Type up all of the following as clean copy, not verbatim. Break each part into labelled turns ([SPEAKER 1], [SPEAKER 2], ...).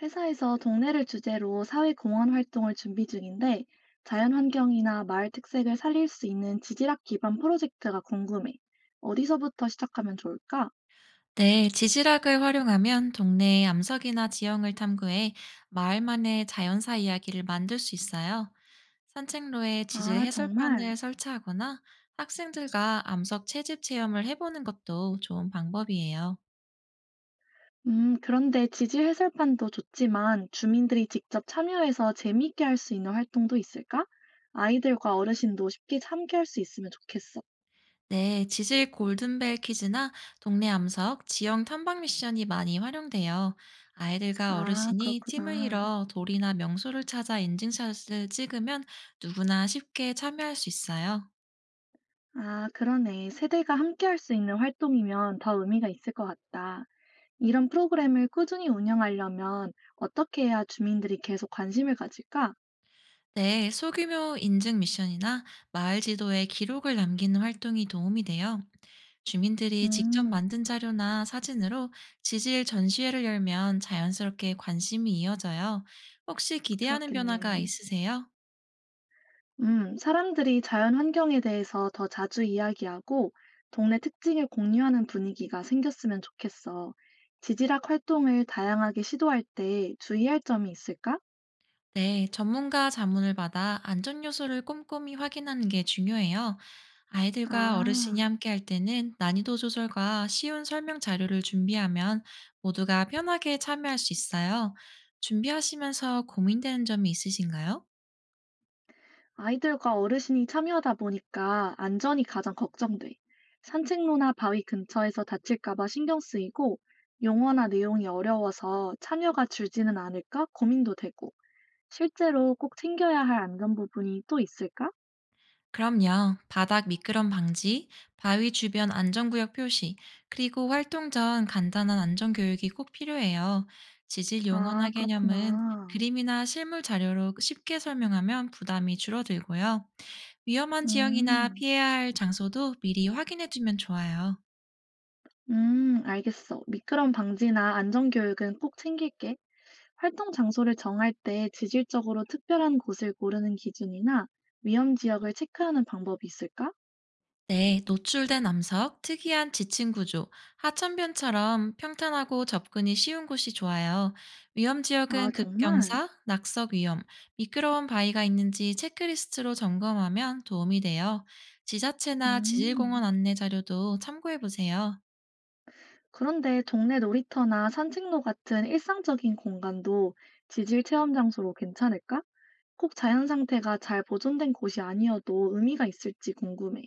[SPEAKER 1] 회사에서 동네를 주제로 사회공헌 활동을 준비 중인데 자연환경이나 마을 특색을 살릴 수 있는 지질학 기반 프로젝트가 궁금해. 어디서부터 시작하면 좋을까?
[SPEAKER 2] 네, 지질학을 활용하면 동네의 암석이나 지형을 탐구해 마을만의 자연사 이야기를 만들 수 있어요. 산책로에 지질
[SPEAKER 1] 아,
[SPEAKER 2] 해설판을
[SPEAKER 1] 정말.
[SPEAKER 2] 설치하거나 학생들과 암석 채집 체험을 해보는 것도 좋은 방법이에요.
[SPEAKER 1] 그런데 지질 해설판도 좋지만 주민들이 직접 참여해서 재미있게 할 수 있는 활동도 있을까? 아이들과 어르신도 쉽게 함께할 수 있으면 좋겠어.
[SPEAKER 2] 네, 지질 골든벨 퀴즈나 동네 암석, 지형 탐방 미션이 많이 활용돼요. 아이들과
[SPEAKER 1] 아,
[SPEAKER 2] 어르신이 팀을
[SPEAKER 1] 그렇구나.
[SPEAKER 2] 이뤄 돌이나 명소를 찾아 인증샷을 찍으면 누구나 쉽게 참여할 수 있어요.
[SPEAKER 1] 아, 그러네. 세대가 함께할 수 있는 활동이면 더 의미가 있을 것 같다. 이런 프로그램을 꾸준히 운영하려면 어떻게 해야 주민들이 계속 관심을 가질까?
[SPEAKER 2] 네, 소규모 인증 미션이나 마을 지도에 기록을 남기는 활동이 도움이 돼요. 주민들이 직접
[SPEAKER 1] 음,
[SPEAKER 2] 만든 자료나 사진으로 지질 전시회를 열면 자연스럽게 관심이 이어져요. 혹시 기대하는 변화가
[SPEAKER 1] 그렇겠네.
[SPEAKER 2] 있으세요?
[SPEAKER 1] 사람들이 자연 환경에 대해서 더 자주 이야기하고 동네 특징을 공유하는 분위기가 생겼으면 좋겠어. 지질학 활동을 다양하게 시도할 때 주의할 점이 있을까?
[SPEAKER 2] 네, 전문가 자문을 받아 안전 요소를 꼼꼼히 확인하는 게 중요해요. 아이들과 어르신이
[SPEAKER 1] 아.
[SPEAKER 2] 함께 할 때는 난이도 조절과 쉬운 설명 자료를 준비하면 모두가 편하게 참여할 수 있어요. 준비하시면서 고민되는 점이 있으신가요?
[SPEAKER 1] 아이들과 어르신이 참여하다 보니까 안전이 가장 걱정돼. 산책로나 바위 근처에서 다칠까봐 신경 쓰이고, 용어나 내용이 어려워서 참여가 줄지는 않을까 고민도 되고, 실제로 꼭 챙겨야 할 안전 부분이 또 있을까?
[SPEAKER 2] 그럼요. 바닥 미끄럼 방지, 바위 주변 안전구역 표시, 그리고 활동 전 간단한 안전교육이 꼭 필요해요. 지질 용어나
[SPEAKER 1] 아,
[SPEAKER 2] 개념은
[SPEAKER 1] 그렇구나.
[SPEAKER 2] 그림이나 실물 자료로 쉽게 설명하면 부담이 줄어들고요. 위험한 지역이나
[SPEAKER 1] 음,
[SPEAKER 2] 피해야 할 장소도 미리 확인해 두면 좋아요.
[SPEAKER 1] 알겠어. 미끄럼 방지나 안전 교육은 꼭 챙길게. 활동 장소를 정할 때 지질적으로 특별한 곳을 고르는 기준이나 위험 지역을 체크하는 방법이 있을까?
[SPEAKER 2] 네, 노출된 암석, 특이한 지층 구조, 하천변처럼 평탄하고 접근이 쉬운 곳이 좋아요. 위험 지역은
[SPEAKER 1] 아 정말?
[SPEAKER 2] 급경사, 낙석 위험, 미끄러운 바위가 있는지 체크리스트로 점검하면 도움이 돼요. 지자체나 지질공원
[SPEAKER 1] 음.
[SPEAKER 2] 안내 자료도 참고해 보세요.
[SPEAKER 1] 그런데 동네 놀이터나 산책로 같은 일상적인 공간도 지질 체험 장소로 괜찮을까? 꼭 자연 상태가 잘 보존된 곳이 아니어도 의미가 있을지 궁금해.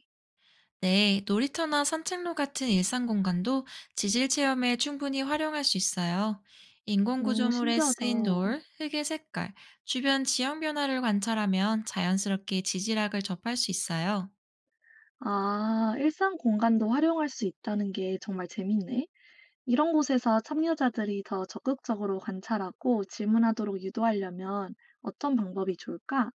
[SPEAKER 2] 네, 놀이터나 산책로 같은 일상 공간도 지질 체험에 충분히 활용할 수 있어요. 인공
[SPEAKER 1] 오,
[SPEAKER 2] 구조물에
[SPEAKER 1] 신기하다.
[SPEAKER 2] 쓰인 돌, 흙의 색깔, 주변 지형 변화를 관찰하면 자연스럽게 지질학을 접할 수 있어요.
[SPEAKER 1] 아, 일상 공간도 활용할 수 있다는 게 정말 재밌네. 이런 곳에서 참여자들이 더 적극적으로 관찰하고 질문하도록 유도하려면 어떤 방법이 좋을까?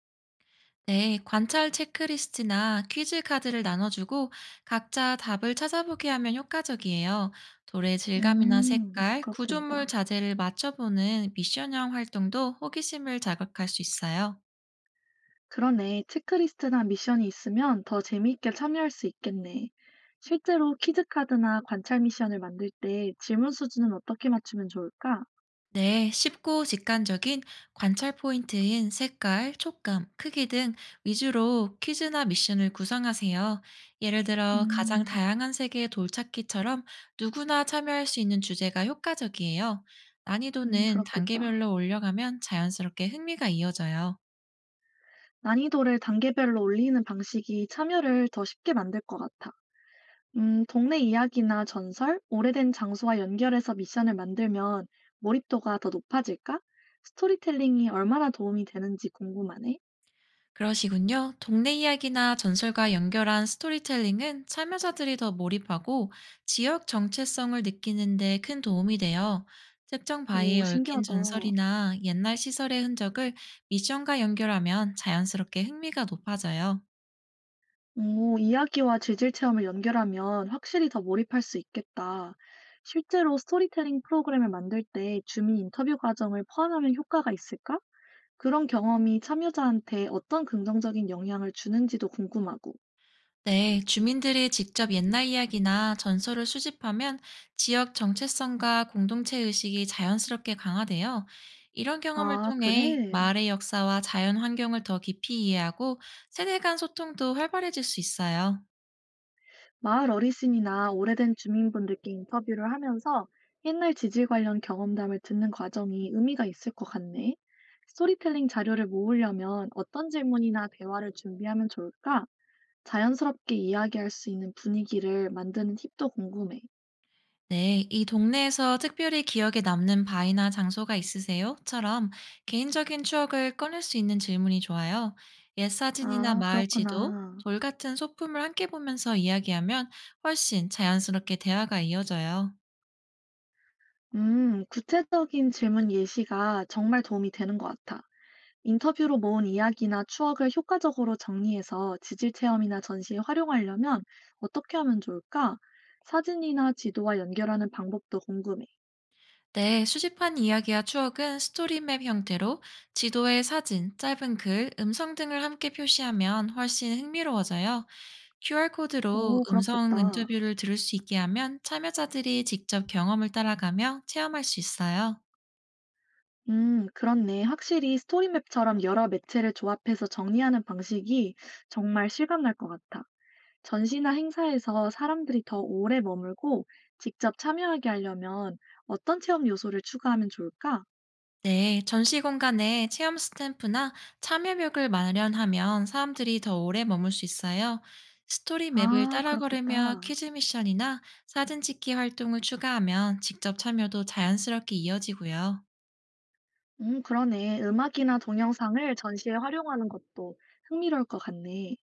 [SPEAKER 2] 네, 관찰 체크리스트나 퀴즈 카드를 나눠주고 각자 답을 찾아보게 하면 효과적이에요. 돌의 질감이나 색깔, 구조물
[SPEAKER 1] 그렇겠다.
[SPEAKER 2] 자재를 맞춰보는 미션형 활동도 호기심을 자극할 수 있어요.
[SPEAKER 1] 그러네. 체크리스트나 미션이 있으면 더 재미있게 참여할 수 있겠네. 실제로 키즈카드나 관찰 미션을 만들 때 질문 수준은 어떻게 맞추면 좋을까?
[SPEAKER 2] 네, 쉽고 직관적인 관찰 포인트인 색깔, 촉감, 크기 등 위주로 퀴즈나 미션을 구성하세요. 예를 들어, 가장
[SPEAKER 1] 음,
[SPEAKER 2] 다양한 세계의 돌찾기처럼 누구나 참여할 수 있는 주제가 효과적이에요. 난이도는
[SPEAKER 1] 그렇겠다.
[SPEAKER 2] 단계별로 올려가면 자연스럽게 흥미가 이어져요.
[SPEAKER 1] 난이도를 단계별로 올리는 방식이 참여를 더 쉽게 만들 것 같아. 동네 이야기나 전설, 오래된 장소와 연결해서 미션을 만들면 몰입도가 더 높아질까? 스토리텔링이 얼마나 도움이 되는지 궁금하네.
[SPEAKER 2] 그러시군요. 동네 이야기나 전설과 연결한 스토리텔링은 참여자들이 더 몰입하고 지역 정체성을 느끼는데 큰 도움이 돼요. 특정 바위에
[SPEAKER 1] 오,
[SPEAKER 2] 얽힌
[SPEAKER 1] 신기하다.
[SPEAKER 2] 전설이나 옛날 시설의 흔적을 미션과 연결하면 자연스럽게 흥미가 높아져요.
[SPEAKER 1] 오, 이야기와 재질 체험을 연결하면 확실히 더 몰입할 수 있겠다. 실제로 스토리텔링 프로그램을 만들 때 주민 인터뷰 과정을 포함하면 효과가 있을까? 그런 경험이 참여자한테 어떤 긍정적인 영향을 주는지도 궁금하고.
[SPEAKER 2] 네, 주민들이 직접 옛날 이야기나 전설을 수집하면 지역 정체성과 공동체 의식이 자연스럽게 강화돼요. 이런 경험을
[SPEAKER 1] 아,
[SPEAKER 2] 통해
[SPEAKER 1] 그래?
[SPEAKER 2] 마을의 역사와 자연 환경을 더 깊이 이해하고 세대 간 소통도 활발해질 수 있어요.
[SPEAKER 1] 마을 어르신이나 오래된 주민분들께 인터뷰를 하면서 옛날 지질 관련 경험담을 듣는 과정이 의미가 있을 것 같네. 스토리텔링 자료를 모으려면 어떤 질문이나 대화를 준비하면 좋을까? 자연스럽게 이야기할 수 있는 분위기를 만드는 팁도 궁금해.
[SPEAKER 2] 네, 이 동네에서 특별히 기억에 남는 바이나 장소가 있으세요? 처럼 개인적인 추억을 꺼낼 수 있는 질문이 좋아요. 옛 사진이나
[SPEAKER 1] 아,
[SPEAKER 2] 마을 지도,
[SPEAKER 1] 그렇구나.
[SPEAKER 2] 돌 같은 소품을 함께 보면서 이야기하면 훨씬 자연스럽게 대화가 이어져요.
[SPEAKER 1] 구체적인 질문 예시가 정말 도움이 되는 것 같아. 인터뷰로 모은 이야기나 추억을 효과적으로 정리해서 지질 체험이나 전시에 활용하려면 어떻게 하면 좋을까? 사진이나 지도와 연결하는 방법도 궁금해.
[SPEAKER 2] 네, 수집한 이야기와 추억은 스토리맵 형태로 지도에 사진, 짧은 글, 음성 등을 함께 표시하면 훨씬 흥미로워져요. QR코드로
[SPEAKER 1] 오,
[SPEAKER 2] 음성
[SPEAKER 1] 그렇겠다.
[SPEAKER 2] 인터뷰를 들을 수 있게 하면 참여자들이 직접 경험을 따라가며 체험할 수 있어요.
[SPEAKER 1] 그렇네. 확실히 스토리맵처럼 여러 매체를 조합해서 정리하는 방식이 정말 실감날 것 같아. 전시나 행사에서 사람들이 더 오래 머물고 직접 참여하게 하려면 어떤 체험 요소를 추가하면 좋을까?
[SPEAKER 2] 네, 전시 공간에 체험 스탬프나 참여벽을 마련하면 사람들이 더 오래 머물 수 있어요. 스토리 맵을
[SPEAKER 1] 아,
[SPEAKER 2] 따라 걸으며
[SPEAKER 1] 그렇겠다.
[SPEAKER 2] 퀴즈 미션이나 사진 찍기 활동을 추가하면 직접 참여도 자연스럽게 이어지고요.
[SPEAKER 1] 그러네. 음악이나 동영상을 전시에 활용하는 것도 흥미로울 것 같네.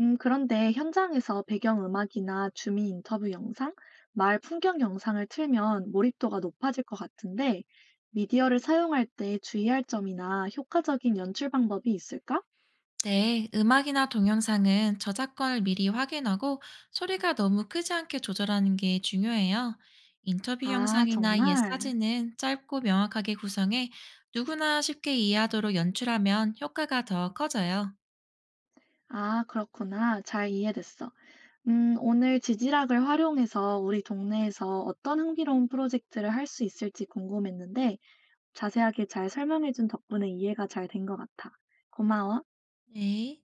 [SPEAKER 1] 그런데 현장에서 배경 음악이나 주민 인터뷰 영상, 마을 풍경 영상을 틀면 몰입도가 높아질 것 같은데, 미디어를 사용할 때 주의할 점이나 효과적인 연출 방법이 있을까?
[SPEAKER 2] 네, 음악이나 동영상은 저작권을 미리 확인하고 소리가 너무 크지 않게 조절하는 게 중요해요. 인터뷰
[SPEAKER 1] 아,
[SPEAKER 2] 영상이나 옛
[SPEAKER 1] 정말.
[SPEAKER 2] 사진은 짧고 명확하게 구성해 누구나 쉽게 이해하도록 연출하면 효과가 더 커져요.
[SPEAKER 1] 아, 그렇구나. 잘 이해됐어. 오늘 지질학을 활용해서 우리 동네에서 어떤 흥미로운 프로젝트를 할 수 있을지 궁금했는데 자세하게 잘 설명해준 덕분에 이해가 잘 된 것 같아. 고마워.
[SPEAKER 2] 네.